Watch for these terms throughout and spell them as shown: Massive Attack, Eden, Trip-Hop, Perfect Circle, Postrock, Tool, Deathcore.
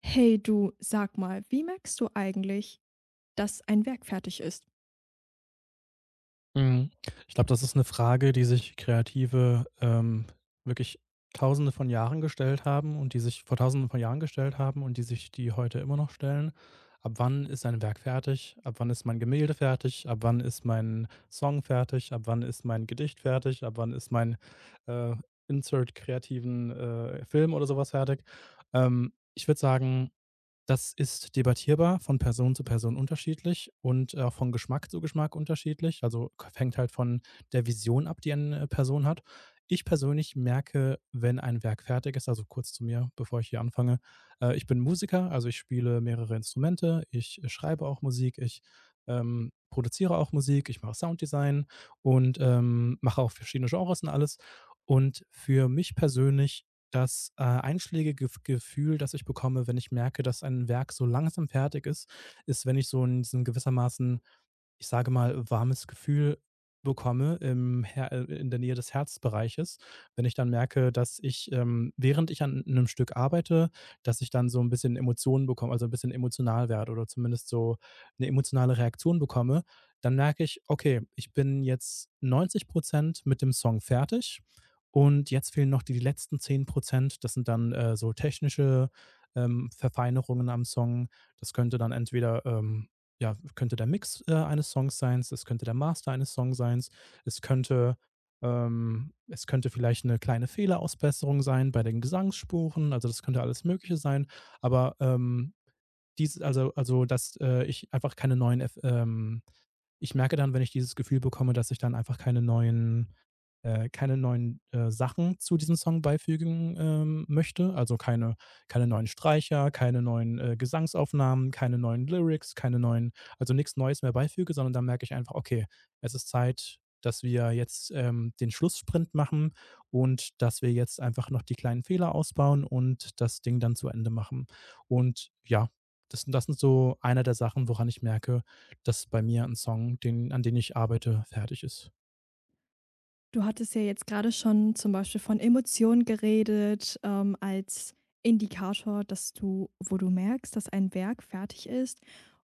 Hey du, sag mal, wie merkst du eigentlich, dass ein Werk fertig ist? Mhm. Ich glaube, das ist eine Frage, die sich Kreative, wirklich Tausende von Jahren gestellt haben und die sich vor Tausenden von Jahren gestellt haben und die sich die heute immer noch stellen. Ab wann ist ein Werk fertig? Ab wann ist mein Gemälde fertig? Ab wann ist mein Song fertig? Ab wann ist mein Gedicht fertig? Ab wann ist mein, äh, Insert kreativen, Film oder sowas fertig? Ich würde sagen, das ist debattierbar, von Person zu Person unterschiedlich und auch von Geschmack zu Geschmack unterschiedlich. Also, k hängt halt von der Vision ab, die eine Person hat. Ich persönlich merke, wenn ein Werk fertig ist, also kurz zu mir, bevor ich hier anfange. Ich bin Musiker, also ich spiele mehrere Instrumente, ich schreibe auch Musik, ich produziere auch Musik, ich mache Sounddesign und, mache auch verschiedene Genres und alles. Und für mich persönlich, das einschlägige Gefühl, das ich bekomme, wenn ich merke, dass ein Werk so langsam fertig ist, ist, wenn ich so in diesen gewissermaßen, ich sage mal, warmes Gefühl bekomme im Her in der Nähe des Herzbereiches, wenn ich dann merke, dass ich, während ich an einem Stück arbeite, dass ich dann so ein bisschen Emotionen bekomme, also ein bisschen emotional werde oder zumindest so eine emotionale Reaktion bekomme, dann merke ich: „Okay, ich bin jetzt 90% mit dem Song fertig und jetzt fehlen noch die letzten 10%. Das sind dann, so technische, Verfeinerungen am Song. Das könnte dann entweder, ja, könnte der Mix, eines Songs sein, es könnte der Master eines Songs sein, es könnte es könnte vielleicht eine kleine Fehlerausbesserung sein bei den Gesangsspuren. Also, das könnte alles Mögliche sein, aber, dies also, dass, ich einfach keine neuen F ich merke dann, wenn ich dieses Gefühl bekomme, dass ich dann einfach keine neuen, Sachen zu diesem Song beifügen, möchte. Also, keine neuen Streicher, keine neuen, Gesangsaufnahmen, keine neuen Lyrics, keine neuen also, nichts Neues mehr beifüge, sondern dann merke ich einfach: „Okay, es ist Zeit, dass wir jetzt, den Schlusssprint machen und dass wir jetzt einfach noch die kleinen Fehler ausbauen und das Ding dann zu Ende machen.“ Und ja, das sind so einer der Sachen, woran ich merke, dass bei mir ein Song, den an den ich arbeite, fertig ist. Du hattest ja jetzt gerade schon zum Beispiel von Emotionen geredet, als Indikator, dass du wo du merkst, dass ein Werk fertig ist.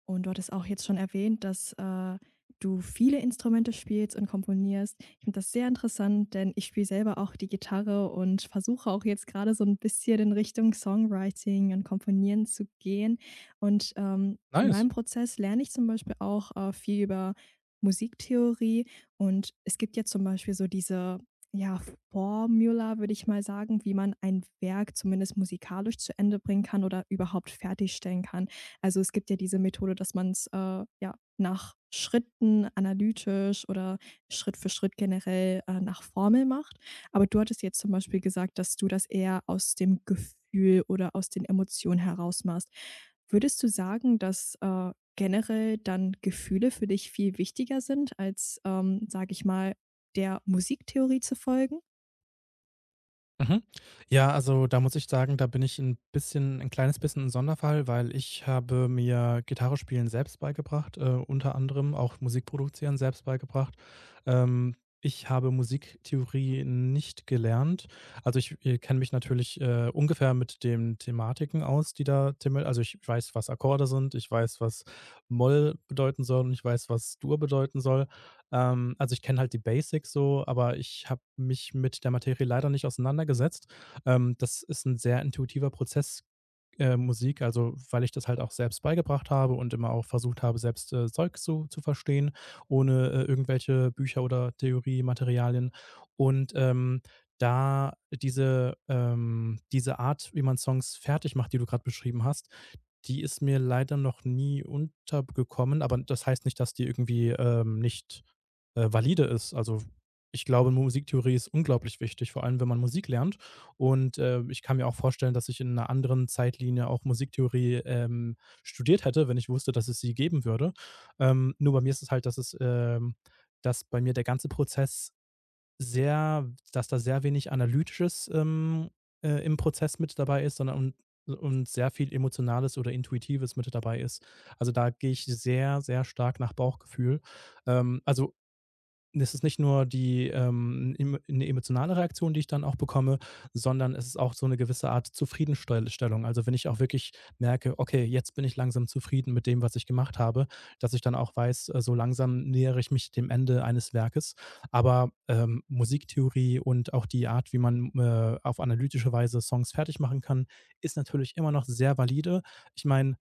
Und du hattest auch jetzt schon erwähnt, dass du viele Instrumente spielst und komponierst. Ich finde das sehr interessant, denn ich spiele selber auch die Gitarre und versuche auch jetzt gerade so ein bisschen in Richtung Songwriting und Komponieren zu gehen. Und in Nice. meinem Prozess lerne ich zum Beispiel auch viel über Musiktheorie, und es gibt ja zum Beispiel so diese, ja, Formula, würde ich mal sagen, wie man ein Werk zumindest musikalisch zu Ende bringen kann oder überhaupt fertigstellen kann. Also, es gibt ja diese Methode, dass man's, ja, nach Schritten analytisch oder Schritt für Schritt generell nach Formel macht. Aber du hattest jetzt zum Beispiel gesagt, dass du das eher aus dem Gefühl oder aus den Emotionen heraus machst. Würdest du sagen, dass generell dann Gefühle für dich viel wichtiger sind als, sage ich mal, der Musiktheorie zu folgen? Mhm. Ja, also da muss ich sagen, da bin ich ein kleines bisschen ein Sonderfall, weil ich habe mir Gitarre spielen selbst beigebracht, unter anderem auch Musik produzieren selbst beigebracht. Ähm, ich habe Musiktheorie nicht gelernt. Also, ich kenne mich natürlich, ungefähr mit den Thematiken aus, die da thema also, ich weiß, was Akkorde sind, ich weiß, was Moll bedeuten soll, und ich weiß, was Dur bedeuten soll. Also, ich kenne halt die Basics so, aber ich habe mich mit der Materie leider nicht auseinandergesetzt. Das ist ein sehr intuitiver Prozess, Musik, also, weil ich das halt auch selbst beigebracht habe und immer auch versucht habe, selbst, Zeug zu verstehen, ohne, irgendwelche Bücher oder Theoriematerialien. Und, da diese Art, wie man Songs fertig macht, die du gerade beschrieben hast, die ist mir leider noch nie untergekommen, aber das heißt nicht, dass die irgendwie, nicht valide ist. Also, ich glaube, Musiktheorie ist unglaublich wichtig, vor allem wenn man Musik lernt. Und ich kann mir auch vorstellen, dass ich in einer anderen Zeitlinie auch Musiktheorie studiert hätte, wenn ich wusste, dass es sie geben würde. Nur bei mir ist es halt, dass bei mir der ganze Prozess sehr, dass da sehr wenig Analytisches im Prozess mit dabei ist, sondern und, sehr viel Emotionales oder Intuitives mit dabei ist. Also da gehe ich sehr, sehr stark nach Bauchgefühl. Also, es ist nicht nur die emo 'ne emotionale Reaktion, die ich dann auch bekomme, sondern es ist auch so eine gewisse Art Zufriedenstellung. Also, wenn ich auch wirklich merke: „Okay, jetzt bin ich langsam zufrieden mit dem, was ich gemacht habe“, dass ich dann auch weiß, so langsam nähere ich mich dem Ende eines Werkes. Aber, Musiktheorie und auch die Art, wie man, auf analytische Weise Songs fertig machen kann, ist natürlich immer noch sehr valide. Ich meine,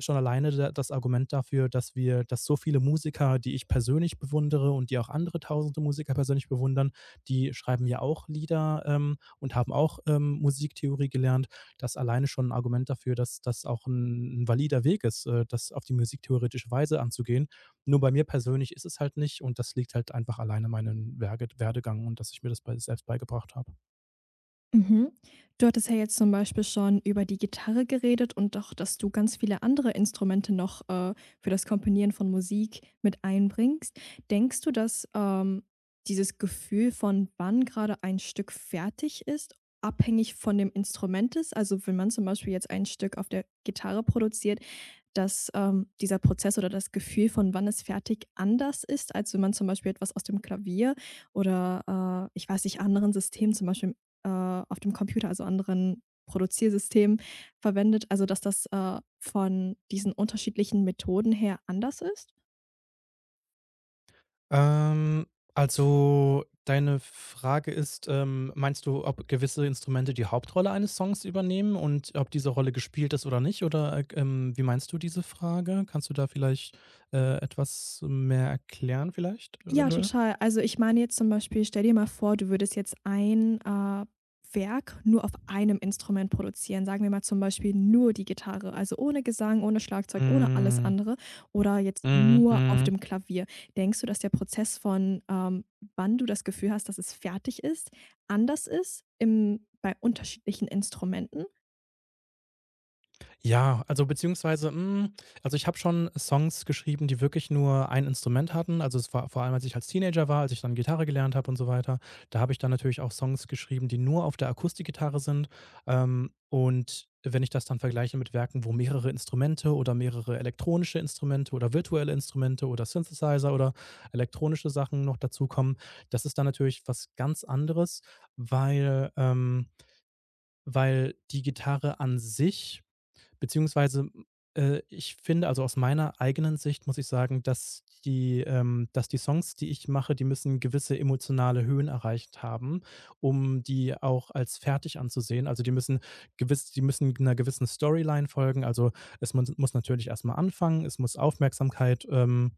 schon alleine da das Argument dafür, dass so viele Musiker, die ich persönlich bewundere und die auch andere tausende Musiker persönlich bewundern, die schreiben ja auch Lieder, und haben auch, Musiktheorie gelernt. Das alleine schon ein Argument dafür, dass das auch ein 'n valider Weg ist, das auf die musiktheoretische Weise anzugehen. Nur bei mir persönlich ist es halt nicht, und das liegt halt einfach alleine an meinem Werge Werdegang und dass ich mir das bei selbst beigebracht habe. Mhm. Du hattest ja jetzt zum Beispiel schon über die Gitarre geredet und auch, dass du ganz viele andere Instrumente noch für das Komponieren von Musik mit einbringst. Denkst du, dass dieses Gefühl von, wann gerade ein Stück fertig ist, abhängig von dem Instrument ist? Also, wenn man zum Beispiel jetzt ein Stück auf der Gitarre produziert, dass dieser Prozess oder das Gefühl von, wann es fertig, anders ist, als wenn man zum Beispiel etwas aus dem Klavier oder ich weiß nicht, anderen Systemen, zum Beispiel, auf dem Computer, also anderen Produziersystemen verwendet, also dass das von diesen unterschiedlichen Methoden her anders ist? Ähm, also, deine Frage ist, meinst du, ob gewisse Instrumente die Hauptrolle eines Songs übernehmen und ob diese Rolle gespielt ist oder nicht? Oder, wie meinst du diese Frage? Kannst du da etwas mehr erklären vielleicht, Ja, eventuell? total. Also, ich meine jetzt zum Beispiel, stell dir mal vor, du würdest jetzt ein Werk nur auf einem Instrument produzieren. Sagen wir mal zum Beispiel nur die Gitarre, also ohne Gesang, ohne Schlagzeug, ohne alles Mhm. andere, oder jetzt nur auf Mhm. dem Klavier. Denkst du, dass der Prozess von, wann du das Gefühl hast, dass es fertig ist, anders ist im bei unterschiedlichen Instrumenten? Ja, also beziehungsweise, also ich habe schon Songs geschrieben, die wirklich nur ein Instrument hatten. Also es war vor allem, als ich als Teenager war, als ich dann Gitarre gelernt habe und so weiter, da habe ich dann natürlich auch Songs geschrieben, die nur auf der Akustikgitarre sind. Und wenn ich das dann vergleiche mit Werken, wo mehrere Instrumente oder mehrere elektronische Instrumente oder virtuelle Instrumente oder Synthesizer oder elektronische Sachen noch dazukommen, das ist dann natürlich was ganz anderes, weil, ähm, weil die Gitarre an sich. Beziehungsweise, ich finde, also aus meiner eigenen Sicht muss ich sagen, dass die Songs, die ich mache, die müssen gewisse emotionale Höhen erreicht haben, um die auch als fertig anzusehen. Also, die müssen gewiss die müssen einer gewissen Storyline folgen. Also, es mun muss natürlich erst mal anfangen, es muss Aufmerksamkeit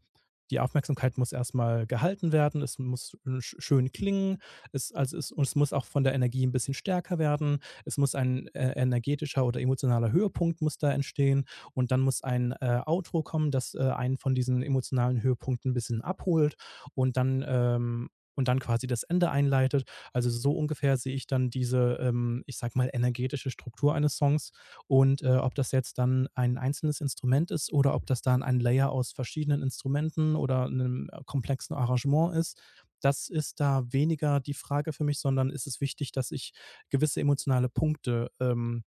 die Aufmerksamkeit muss erst mal gehalten werden, es muss, schön klingen, es also, es und es muss auch von der Energie ein bisschen stärker werden. Es muss ein energetischer oder emotionaler Höhepunkt muss da entstehen, und dann muss ein Outro kommen, das einen von diesen emotionalen Höhepunkten ein bisschen abholt und dann ähm, und dann quasi das Ende einleitet. Also, so ungefähr sehe ich dann diese, ich sage mal, energetische Struktur eines Songs, und, ob das jetzt dann ein einzelnes Instrument ist oder ob das dann ein Layer aus verschiedenen Instrumenten oder 'nem komplexen Arrangement ist, das ist da weniger die Frage für mich, sondern ist es wichtig, dass ich gewisse emotionale Punkte, ähm,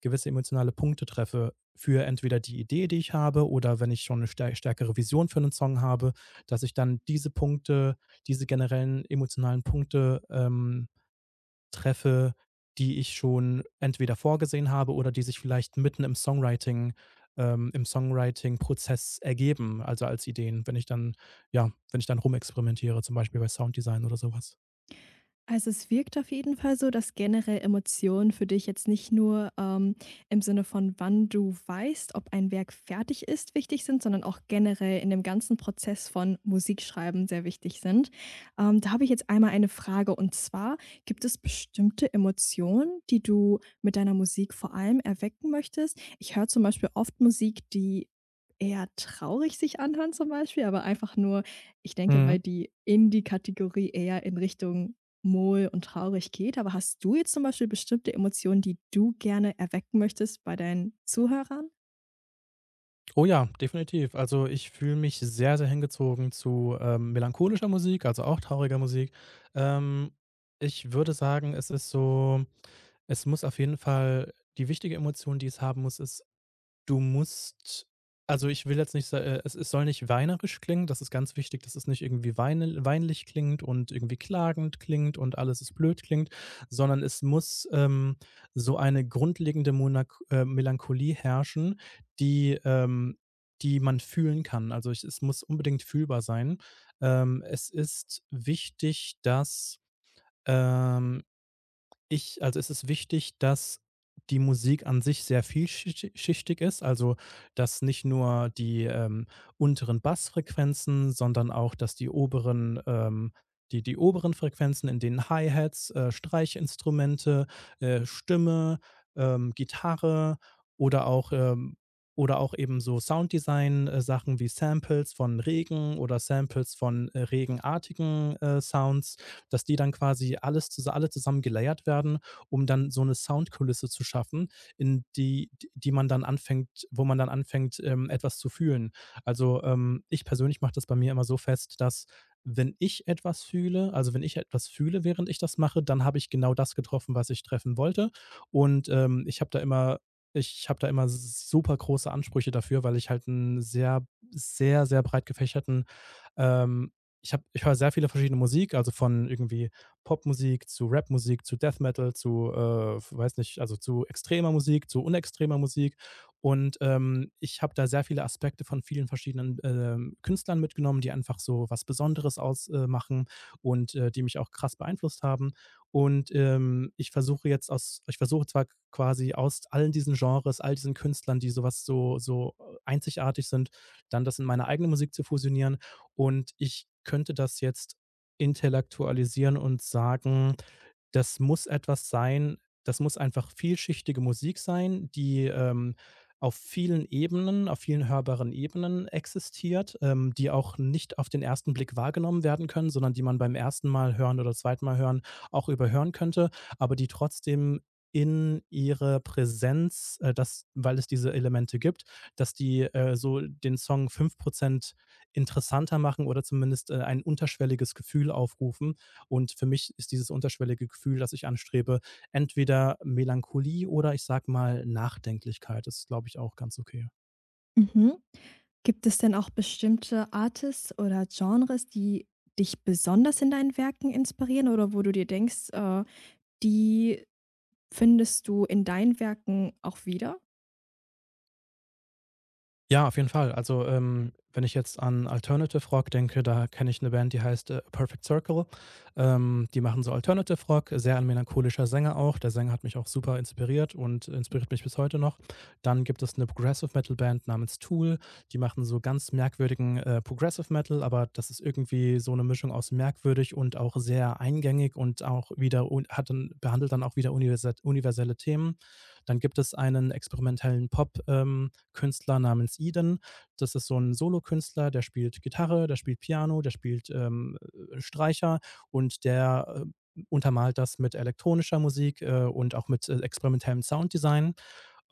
gewisse emotionale Punkte treffe, für entweder die Idee, die ich habe, oder wenn ich schon eine stärkere Vision für einen Song habe, dass ich dann diese Punkte, diese generellen emotionalen Punkte treffe, die ich schon entweder vorgesehen habe oder die sich vielleicht im Songwriting-Prozess ergeben, also als Ideen, wenn ich dann rumexperimentiere, zum Beispiel bei Sounddesign oder sowas. Also, es wirkt auf jeden Fall so, dass generell Emotionen für dich jetzt nicht nur, im Sinne von, wann du weißt, ob ein Werk fertig ist, wichtig sind, sondern auch generell in dem ganzen Prozess von Musikschreiben sehr wichtig sind. Da habe ich jetzt einmal eine Frage, und zwar, gibt es bestimmte Emotionen, die du mit deiner Musik vor allem erwecken möchtest? Ich höre zum Beispiel oft Musik, die eher traurig sich anhört zum Beispiel, aber einfach nur, ich denke, Mhm. weil die in die Kategorie eher in Richtung Mol und traurig geht, aber hast du jetzt zum Beispiel bestimmte Emotionen, die du gerne erwecken möchtest bei deinen Zuhörern? Oh ja, definitiv. Also, ich fühle mich sehr, sehr hingezogen zu, melancholischer Musik, also auch trauriger Musik. Ähm, ich würde sagen, es ist so, es muss auf jeden Fall die wichtige Emotion, die es haben muss, ist, du musst, also, ich will jetzt nicht sa es es soll nicht weinerisch klingen, das ist ganz wichtig, dass es nicht irgendwie weine weinlich klingt und irgendwie klagend klingt und alles ist blöd klingt, sondern es muss, so eine grundlegende Monak Melancholie herrschen, die, ähm die man fühlen kann. Also, ich es muss unbedingt fühlbar sein. Es ist wichtig, dass, ähm ich also, es ist wichtig, dass die Musik an sich sehr vielschichtig ist, also, dass nicht nur die, unteren Bassfrequenzen, sondern auch, die die oberen Frequenzen, in denen Hi-Hats, Streichinstrumente, Stimme, Gitarre oder auch, ähm oder auch eben so Sounddesign, Sachen wie Samples von Regen oder Samples von, regenartigen, Sounds, dass die dann quasi alle zusammen gelayert werden, um dann so eine Soundkulisse zu schaffen, in die d die man dann anfängt wo man dann anfängt, etwas zu fühlen. Also, ich persönlich mache das bei mir immer so fest, dass, wenn ich etwas fühle also, wenn ich etwas fühle, während ich das mache, dann habe ich genau das getroffen, was ich treffen wollte. Und, ich habe da immer super große Ansprüche dafür, weil ich halt 'n sehr, sehr, sehr breit gefächerten ähm, ich habe, ich höre sehr viele verschiedene Musik, also von irgendwie Popmusik zu Rapmusik, zu Death Metal, zu, weiß nicht, also zu extremer Musik, zu unextremer Musik. Und ich habe da sehr viele Aspekte von vielen verschiedenen Künstlern mitgenommen, die einfach so was Besonderes ausmachen machen, und die mich auch krass beeinflusst haben. Und ich versuche zwar quasi aus allen diesen Genres, all diesen Künstlern, die so einzigartig sind, dann das in meine eigene Musik zu fusionieren. Und ich könnte das jetzt intellektualisieren und sagen, das muss etwas sein das muss einfach vielschichtige Musik sein, die, auf vielen Ebenen, auf vielen hörbaren Ebenen existiert, die auch nicht auf den ersten Blick wahrgenommen werden können, sondern die man beim ersten Mal hören oder zweiten Mal hören auch überhören könnte, aber die trotzdem in ihre Präsenz, das weil es diese Elemente gibt, dass die, so den Song 5% interessanter machen oder zumindest, ein unterschwelliges Gefühl aufrufen. Und für mich ist dieses unterschwellige Gefühl, das ich anstrebe, entweder Melancholie oder, ich sage mal, Nachdenklichkeit. Das ist, glaube ich, auch ganz okay. Mhm. Gibt es denn auch bestimmte Artists oder Genres, die dich besonders in deinen Werken inspirieren oder wo du dir denkst, die Findest du in deinen Werken auch wieder? Ja, auf jeden Fall. Also, wenn ich jetzt an Alternative Rock denke, da kenne ich eine Band, die heißt, Perfect Circle. Die machen so Alternative Rock, sehr ein melancholischer Sänger auch. Der Sänger hat mich auch super inspiriert und inspiriert mich bis heute noch. Dann gibt es eine Progressive Metal Band namens Tool. Die machen so ganz merkwürdigen, Progressive Metal, aber das ist irgendwie so eine Mischung aus merkwürdig und auch sehr eingängig und auch wieder un hat dann behandelt dann auch wieder universe universelle Themen. Dann gibt es einen experimentellen Pop, Künstler namens Eden. Das ist so ein Solokünstler, der spielt Gitarre, der spielt Piano, der spielt Streicher und der untermalt das mit elektronischer Musik, und auch mit, experimentellem Sounddesign.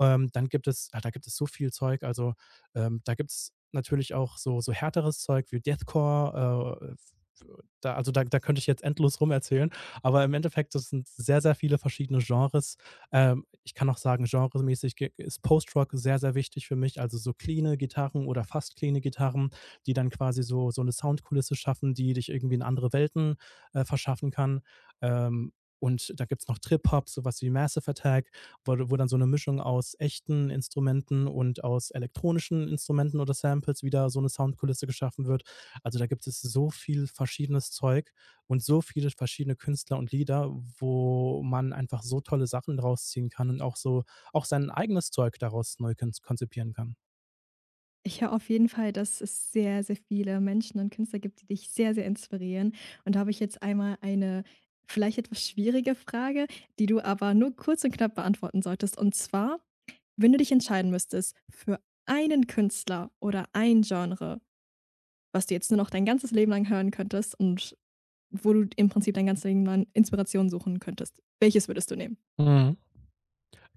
Dann gibt es ah, da gibt es so viel Zeug, also, da gibt es natürlich auch so so härteres Zeug wie Deathcore, da also, da da könnte ich jetzt endlos rumerzählen. Aber im Endeffekt, das sind sehr, sehr viele verschiedene Genres. Ich kann auch sagen, genremäßig ge ist Postrock sehr, sehr wichtig für mich, also so cleane Gitarren oder fast cleane Gitarren, die dann quasi so so eine Soundkulisse schaffen, die dich irgendwie in andere Welten, verschaffen kann. Ähm, und da gibt es noch Trip-Hop, sowas wie Massive Attack, wo dann so eine Mischung aus echten Instrumenten und aus elektronischen Instrumenten oder Samples wieder so eine Soundkulisse geschaffen wird. Also, da gibt es so viel verschiedenes Zeug und so viele verschiedene Künstler und Lieder, wo man einfach so tolle Sachen draus ziehen kann und auch so auch sein eigenes Zeug daraus neu kens konzipieren kann. Ich höre auf jeden Fall, dass es sehr, sehr viele Menschen und Künstler gibt, die dich sehr, sehr inspirieren. Und da habe ich jetzt einmal eine vielleicht etwas schwierige Frage, die du aber nur kurz und knapp beantworten solltest. Und zwar, wenn du dich entscheiden müsstest für einen Künstler oder ein Genre, was du jetzt nur noch dein ganzes Leben lang hören könntest und wo du im Prinzip dein ganzes Leben lang Inspiration suchen könntest, welches würdest du nehmen? Mhm.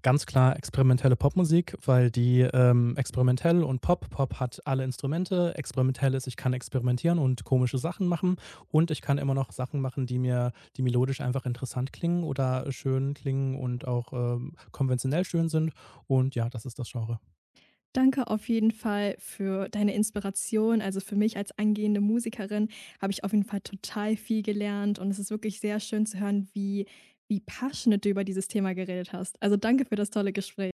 Ganz klar experimentelle Popmusik, weil die, experimentell und Pop. Pop hat alle Instrumente. Experimentell ist, ich kann experimentieren und komische Sachen machen. Und ich kann immer noch Sachen machen, die mir, die melodisch einfach interessant klingen oder schön klingen und auch, konventionell schön sind. Und ja, das ist das Genre. Danke auf jeden Fall für deine Inspiration. Also für mich als angehende Musikerin habe ich auf jeden Fall total viel gelernt, und es ist wirklich sehr schön zu hören, wie, wie passionate du über dieses Thema geredet hast. Also danke für das tolle Gespräch.